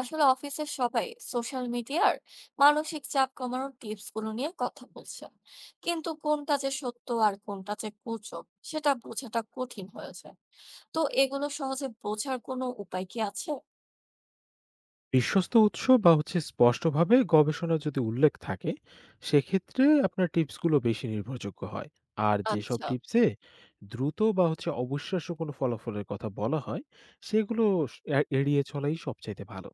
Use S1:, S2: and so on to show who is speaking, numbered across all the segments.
S1: আসলে অফিসের সবাই সোশ্যাল মিডিয়ার মানসিক চাপ কমানোর টিপস গুলো নিয়ে কথা বলছেন, কিন্তু কোনটা যে সত্য আর কোনটা যে গুজব সেটা বোঝাটা কঠিন হয়েছে। তো এগুলো সহজে বোঝার কোনো উপায় কি আছে?
S2: বিশ্বস্ত উৎস বা স্পষ্টভাবে গবেষণা যদি উল্লেখ থাকে, সেক্ষেত্রে আপনার টিপসগুলো বেশি নির্ভরযোগ্য হয়। আর যেসব
S1: আচ্ছা।
S2: টিপসে দ্রুত বা অবিশ্বাস্য কোনো ফলাফলের কথা বলা হয়, সেগুলো এড়িয়ে চলাই সবচাইতে ভালো।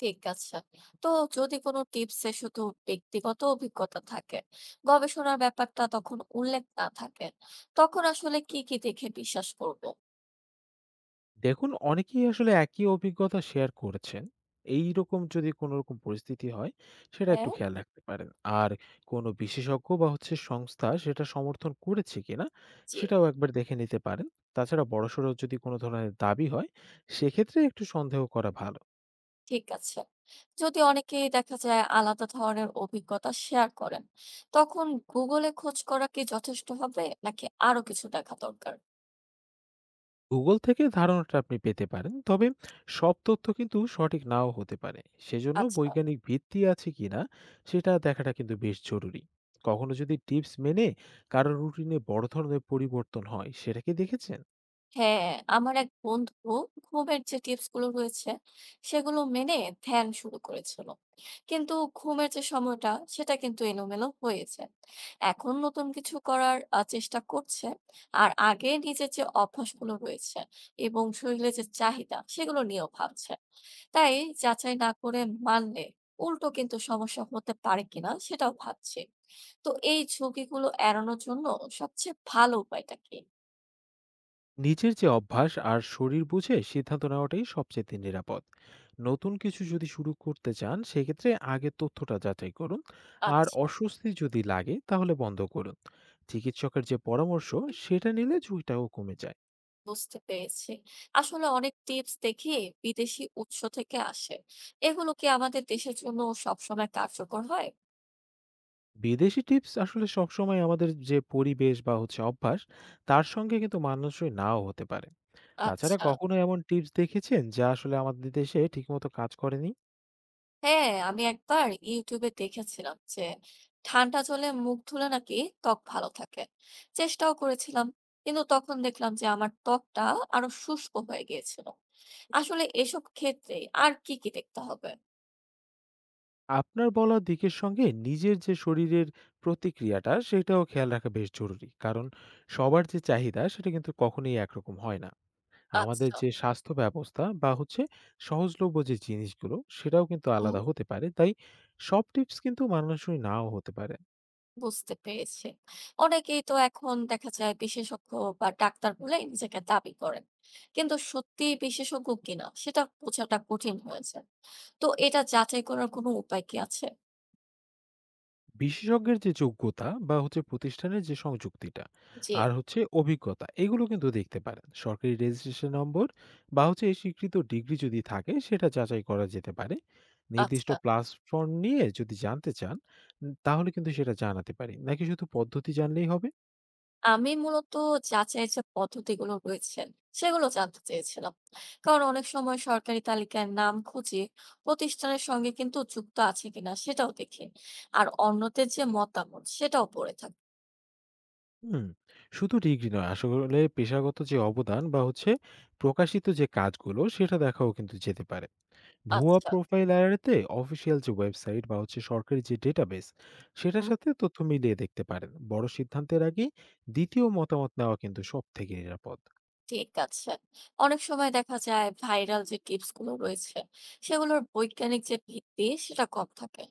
S1: ঠিক আছে। তো যদি কোনো টিপসে শুধু ব্যক্তিগত অভিজ্ঞতা থাকে, গবেষণার ব্যাপারটা তখন উল্লেখ না থাকে, তখন আসলে কি কি দেখে বিশ্বাস করব?
S2: দেখুন, অনেকেই আসলে একই অভিজ্ঞতা শেয়ার করেছেন। এইরকম যদি কোনো রকম পরিস্থিতি হয়, সেটা একটু
S1: হ্যাঁ।
S2: খেয়াল রাখতে পারেন। আর কোনো বিশেষজ্ঞ বা সংস্থা সেটা সমর্থন করেছে কিনা,
S1: জি।
S2: সেটাও একবার দেখে নিতে পারেন। তাছাড়া বড়সড় যদি কোনো ধরনের দাবি হয়, সেক্ষেত্রে একটু সন্দেহ করা ভালো।
S1: ঠিক আছে। যদি অনেকেই দেখা যায় আলাদা ধরনের অভিজ্ঞতা শেয়ার করেন, তখন গুগলে খোঁজ করা কি যথেষ্ট হবে নাকি আরো কিছু দেখা দরকার?
S2: Google থেকে ধারণাটা আপনি পেতে পারেন, তবে সব তথ্য কিন্তু সঠিক নাও হতে পারে। সেজন্য
S1: আচ্ছা।
S2: বৈজ্ঞানিক ভিত্তি আছে কিনা, সেটা দেখাটা কিন্তু বেশ জরুরি। কখনো যদি টিপস মেনে কারোর রুটিনে বড় ধরনের পরিবর্তন হয়, সেটা কি দেখেছেন?
S1: হ্যাঁ, আমার এক বন্ধু ঘুমের যে টিপস গুলো রয়েছে সেগুলো মেনে ধ্যান শুরু করেছিল। কিন্তু ঘুমের যে সময়টা সেটা কিন্তু এলোমেলো হয়েছে। এখন নতুন কিছু করার চেষ্টা করছে। আর আগে নিজের যে অভ্যাসগুলো রয়েছে এবং শরীরের যে চাহিদা সেগুলো নিয়েও ভাবছে। তাই যাচাই না করে মানলে উল্টো কিন্তু সমস্যা হতে পারে কিনা সেটাও ভাবছি। তো এই ঝুঁকিগুলো এড়ানোর জন্য সবচেয়ে ভালো উপায়টা কি?
S2: নিজের যে অভ্যাস আর শরীর বুঝে সিদ্ধান্ত নেওয়াটাই সবচেয়ে নিরাপদ। নতুন কিছু যদি শুরু করতে চান, সেক্ষেত্রে আগে তথ্যটা যাচাই করুন। আর
S1: আচ্ছা।
S2: অস্বস্তি যদি লাগে, তাহলে বন্ধ করুন। চিকিৎসকের যে পরামর্শ, সেটা নিলে ঝুঁকিটাও কমে যায়।
S1: বুঝতে পেরেছি। আসলে অনেক টিপস দেখি বিদেশি উৎস থেকে আসে, এগুলো কি আমাদের দেশের জন্য সবসময় কার্যকর হয়?
S2: বিদেশি টিপস আসলে সবসময় আমাদের যে পরিবেশ বা অভ্যাস, তার সঙ্গে কিন্তু মানানসই নাও হতে পারে। তাছাড়া
S1: আচ্ছা।
S2: কখনো এমন টিপস দেখেছেন যা আসলে আমাদের দেশে ঠিকমতো কাজ করেনি?
S1: হ্যাঁ, আমি একবার YouTube এ দেখেছিলাম যে ঠান্ডা জলে মুখ ধুলে নাকি ত্বক ভালো থাকে। চেষ্টাও করেছিলাম। কিন্তু তখন দেখলাম যে আমার ত্বকটা আরো শুষ্ক হয়ে গিয়েছিল। আসলে এসব ক্ষেত্রে আর কি, কি দেখতে হবে?
S2: আপনার বলা দিকের সঙ্গে নিজের যে শরীরের প্রতিক্রিয়াটা, সেটাও খেয়াল রাখা বেশ জরুরি, কারণ সবার যে চাহিদা সেটা কিন্তু কখনোই একরকম হয় না। আমাদের
S1: আচ্ছা,
S2: যে স্বাস্থ্য ব্যবস্থা বা সহজলভ্য যে জিনিসগুলো, সেটাও কিন্তু
S1: হুম,
S2: আলাদা হতে পারে। তাই সব টিপস কিন্তু মানানসই নাও হতে পারে।
S1: বুঝতে পেরেছি। অনেকেই তো এখন দেখা যায় বিশেষজ্ঞ বা ডাক্তার বলে নিজেকে দাবি করেন। কিন্তু সত্যিই বিশেষজ্ঞ কিনা সেটা বোঝাটা কঠিন হয়েছে। তো এটা যাচাই করার কোনো উপায় কি আছে?
S2: বিশেষজ্ঞের যে যোগ্যতা বা প্রতিষ্ঠানের যে সংযুক্তিটা,
S1: জি।
S2: আর অভিজ্ঞতা, এগুলো কিন্তু দেখতে পারেন। সরকারি রেজিস্ট্রেশন নম্বর বা এই স্বীকৃত ডিগ্রি যদি থাকে, সেটা যাচাই করা যেতে পারে। নির্দিষ্ট
S1: আচ্ছা।
S2: প্ল্যাটফর্ম নিয়ে যদি জানতে চান, তাহলে কিন্তু সেটা জানাতে পারি, নাকি শুধু পদ্ধতি জানলেই হবে?
S1: আমি মূলত যাচাই যে পদ্ধতিগুলো রয়েছে সেগুলো জানতে চেয়েছিলাম, কারণ অনেক সময় সরকারি তালিকায় নাম খুঁজে প্রতিষ্ঠানের সঙ্গে কিন্তু যুক্ত আছে কিনা সেটাও দেখি, আর অন্যদের যে মতামত সেটাও পড়ে থাকে।
S2: হুম। শুধু ডিগ্রি নয়, আসলে পেশাগত যে অবদান বা প্রকাশিত যে কাজগুলো, সেটা দেখাও কিন্তু যেতে পারে ভুয়া
S1: আচ্ছা।
S2: প্রোফাইল এড়াতে। অফিসিয়াল যে ওয়েবসাইট বা সরকারি যে ডেটাবেস, সেটার
S1: হুম,
S2: সাথে তথ্য মিলিয়ে দেখতে পারেন বড় সিদ্ধান্তের আগে। দ্বিতীয় মতামত নেওয়া কিন্তু সব থেকে নিরাপদ।
S1: ঠিক আছে। অনেক সময় দেখা যায় ভাইরাল যে টিপস গুলো রয়েছে সেগুলোর বৈজ্ঞানিক যে ভিত্তি সেটা কম থাকে।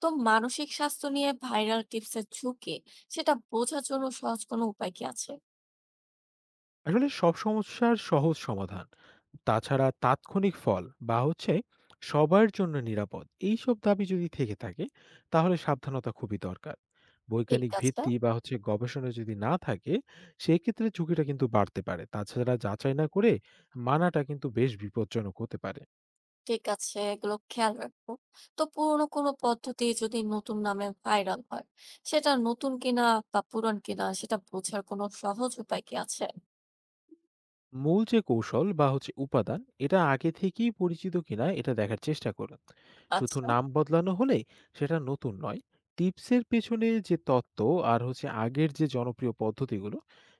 S1: তো মানসিক স্বাস্থ্য নিয়ে ভাইরাল টিপসের ঝুঁকি সেটা বোঝার জন্য সহজ কোনো উপায় কি আছে?
S2: আসলে সব সমস্যার সহজ সমাধান, তাছাড়া তাৎক্ষণিক ফল বা সবার জন্য নিরাপদ, এই সব দাবি যদি থেকে থাকে, তাহলে সাবধানতা খুবই দরকার।
S1: ঠিক
S2: বৈজ্ঞানিক
S1: আছে।
S2: ভিত্তি বা গবেষণা যদি না থাকে, সেই ক্ষেত্রে ঝুঁকিটা কিন্তু বাড়তে পারে। তাছাড়া যাচাই না করে মানাটা কিন্তু বেশ বিপজ্জনক হতে পারে।
S1: ঠিক আছে, এগুলো খেয়াল রাখবো। তো পুরোনো কোনো পদ্ধতি যদি নতুন নামে ভাইরাল হয়, সেটা নতুন কিনা বা পুরান কিনা সেটা বোঝার কোনো সহজ উপায় কি আছে?
S2: মূল যে কৌশল বা উপাদান, এটা আগে থেকেই পরিচিত কিনা, এটা দেখার চেষ্টা করুন। শুধু
S1: আচ্ছা,
S2: নাম বদলানো হলে সেটা নতুন নয়। টিপসের পেছনে যে তত্ত্ব, আর আগের যে জনপ্রিয় পদ্ধতিগুলো,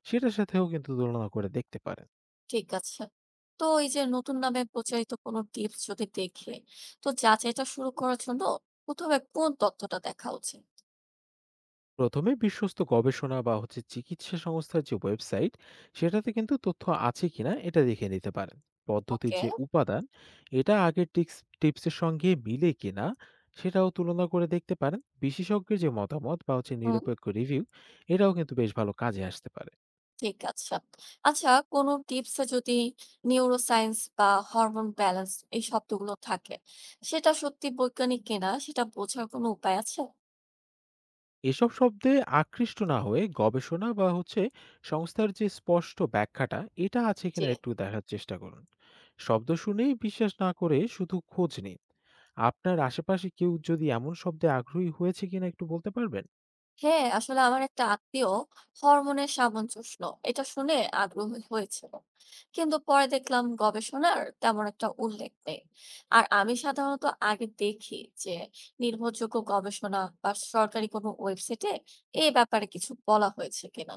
S2: সেটার সাথেও কিন্তু তুলনা করে দেখতে পারেন।
S1: ঠিক আছে। তো এই যে নতুন নামে প্রচারিত কোনো টিপস যদি দেখি, তো যাচাইটা শুরু করার জন্য ১ম এ কোন তথ্যটা দেখা উচিত?
S2: প্রথমে বিশ্বস্ত গবেষণা বা চিকিৎসা সংস্থার যে ওয়েবসাইট, সেটাতে কিন্তু তথ্য আছে কিনা, এটা দেখে নিতে পারেন। পদ্ধতির
S1: ওকে।
S2: যে উপাদান, এটা আগের টিপসের সঙ্গে মিলে কিনা, সেটাও তুলনা করে দেখতে পারেন। বিশেষজ্ঞের যে মতামত বা
S1: হুম।
S2: নিরপেক্ষ রিভিউ, এটাও কিন্তু বেশ ভালো কাজে আসতে পারে।
S1: ঠিক আছে। আচ্ছা, কোনো টিপসে যদি নিউরোসায়েন্স বা হরমোন ব্যালেন্স এই শব্দগুলো থাকে, সেটা সত্যি বৈজ্ঞানিক কিনা সেটা বোঝার কোনো উপায় আছে?
S2: এসব শব্দে আকৃষ্ট না হয়ে গবেষণা বা সংস্থার যে স্পষ্ট ব্যাখ্যাটা, এটা আছে
S1: জি।
S2: কিনা একটু দেখার চেষ্টা করুন। শব্দ শুনেই বিশ্বাস না করে শুধু খোঁজ নিন। আপনার আশেপাশে কেউ যদি এমন শব্দে আগ্রহী হয়েছে কিনা, একটু বলতে পারবেন?
S1: হ্যাঁ, আসলে আমার একটা আত্মীয় হরমোনের সামঞ্জস্য এটা শুনে আগ্রহী হয়েছিল। কিন্তু পরে দেখলাম গবেষণার তেমন একটা উল্লেখ নেই। আর আমি সাধারণত আগে দেখি যে নির্ভরযোগ্য গবেষণা বা সরকারি কোনো ওয়েবসাইটে এই ব্যাপারে কিছু বলা হয়েছে কিনা।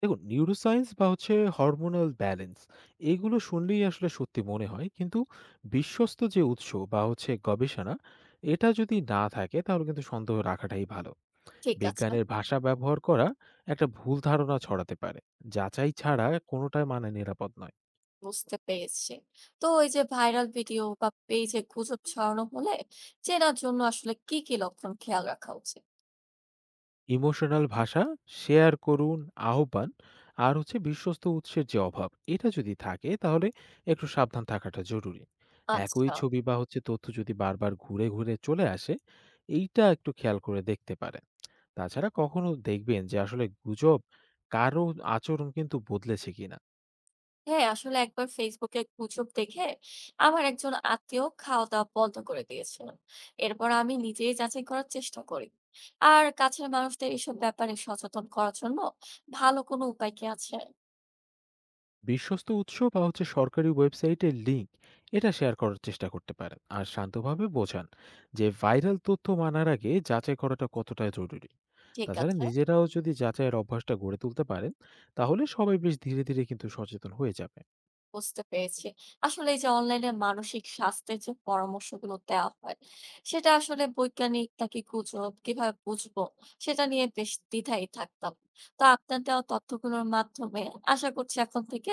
S2: দেখুন, নিউরোসায়েন্স বা হরমোনাল ব্যালেন্স, এগুলো শুনলেই আসলে সত্যি মনে হয়। কিন্তু বিশ্বস্ত যে উৎস বা গবেষণা, এটা যদি না থাকে, তাহলে কিন্তু সন্দেহ রাখাটাই ভালো।
S1: ঠিক আছে।
S2: বিজ্ঞানের ভাষা ব্যবহার করা একটা ভুল ধারণা ছড়াতে পারে। যাচাই ছাড়া কোনোটাই মানা নিরাপদ নয়।
S1: বুঝতে পেরেছি। তো এই যে ভাইরাল ভিডিও বা পেজে গুজব ছড়ানো হলে চেনার জন্য আসলে কি, কি লক্ষণ খেয়াল রাখা উচিত?
S2: ইমোশনাল ভাষা, শেয়ার করুন, আহ্বান, আর বিশ্বস্ত উৎসের যে অভাব, এটা যদি থাকে, তাহলে একটু সাবধান থাকাটা জরুরি। একই
S1: আচ্ছা।
S2: ছবি বা তথ্য যদি বারবার ঘুরে, ঘুরে চলে আসে, এইটা একটু খেয়াল করে দেখতে পারেন। তাছাড়া কখনো দেখবেন যে আসলে গুজব কারো আচরণ কিন্তু বদলেছে কিনা।
S1: হ্যাঁ, আসলে একবার ফেসবুকে গুজব দেখে আমার একজন আত্মীয় খাওয়া-দাওয়া বন্ধ করে দিয়েছিলেন। এরপর আমি নিজেই যাচাই করার চেষ্টা করি। আর কাছের মানুষদের এসব ব্যাপারে সচেতন করার জন্য ভালো কোনো উপায় কি আছে?
S2: বিশ্বস্ত উৎস বা সরকারি ওয়েবসাইটের লিঙ্ক, এটা শেয়ার করার চেষ্টা করতে পারেন। আর শান্তভাবে বোঝান যে ভাইরাল তথ্য মানার আগে যাচাই করাটা কতটা জরুরি।
S1: ঠিক
S2: তাছাড়া
S1: আছে।
S2: নিজেরাও যদি যাচাইয়ের অভ্যাসটা গড়ে তুলতে পারেন, তাহলে সবাই বেশ ধীরে ধীরে কিন্তু সচেতন হয়ে যাবে।
S1: বুঝতে পেরেছি। আসলে এই যে অনলাইনে মানসিক স্বাস্থ্যের যে পরামর্শগুলো দেওয়া হয়, সেটা আসলে বৈজ্ঞানিক নাকি গুজব কিভাবে বুঝবো সেটা নিয়ে বেশ দ্বিধায় থাকতাম। তো আপনার দেওয়া তথ্যগুলোর মাধ্যমে আশা করছি এখন থেকে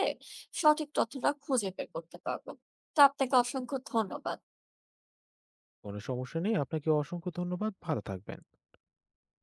S1: সঠিক তথ্যটা খুঁজে বের করতে পারবো। তো আপনাকে অসংখ্য ধন্যবাদ।
S2: কোনো সমস্যা নেই, আপনাকে অসংখ্য ধন্যবাদ, ভালো থাকবেন।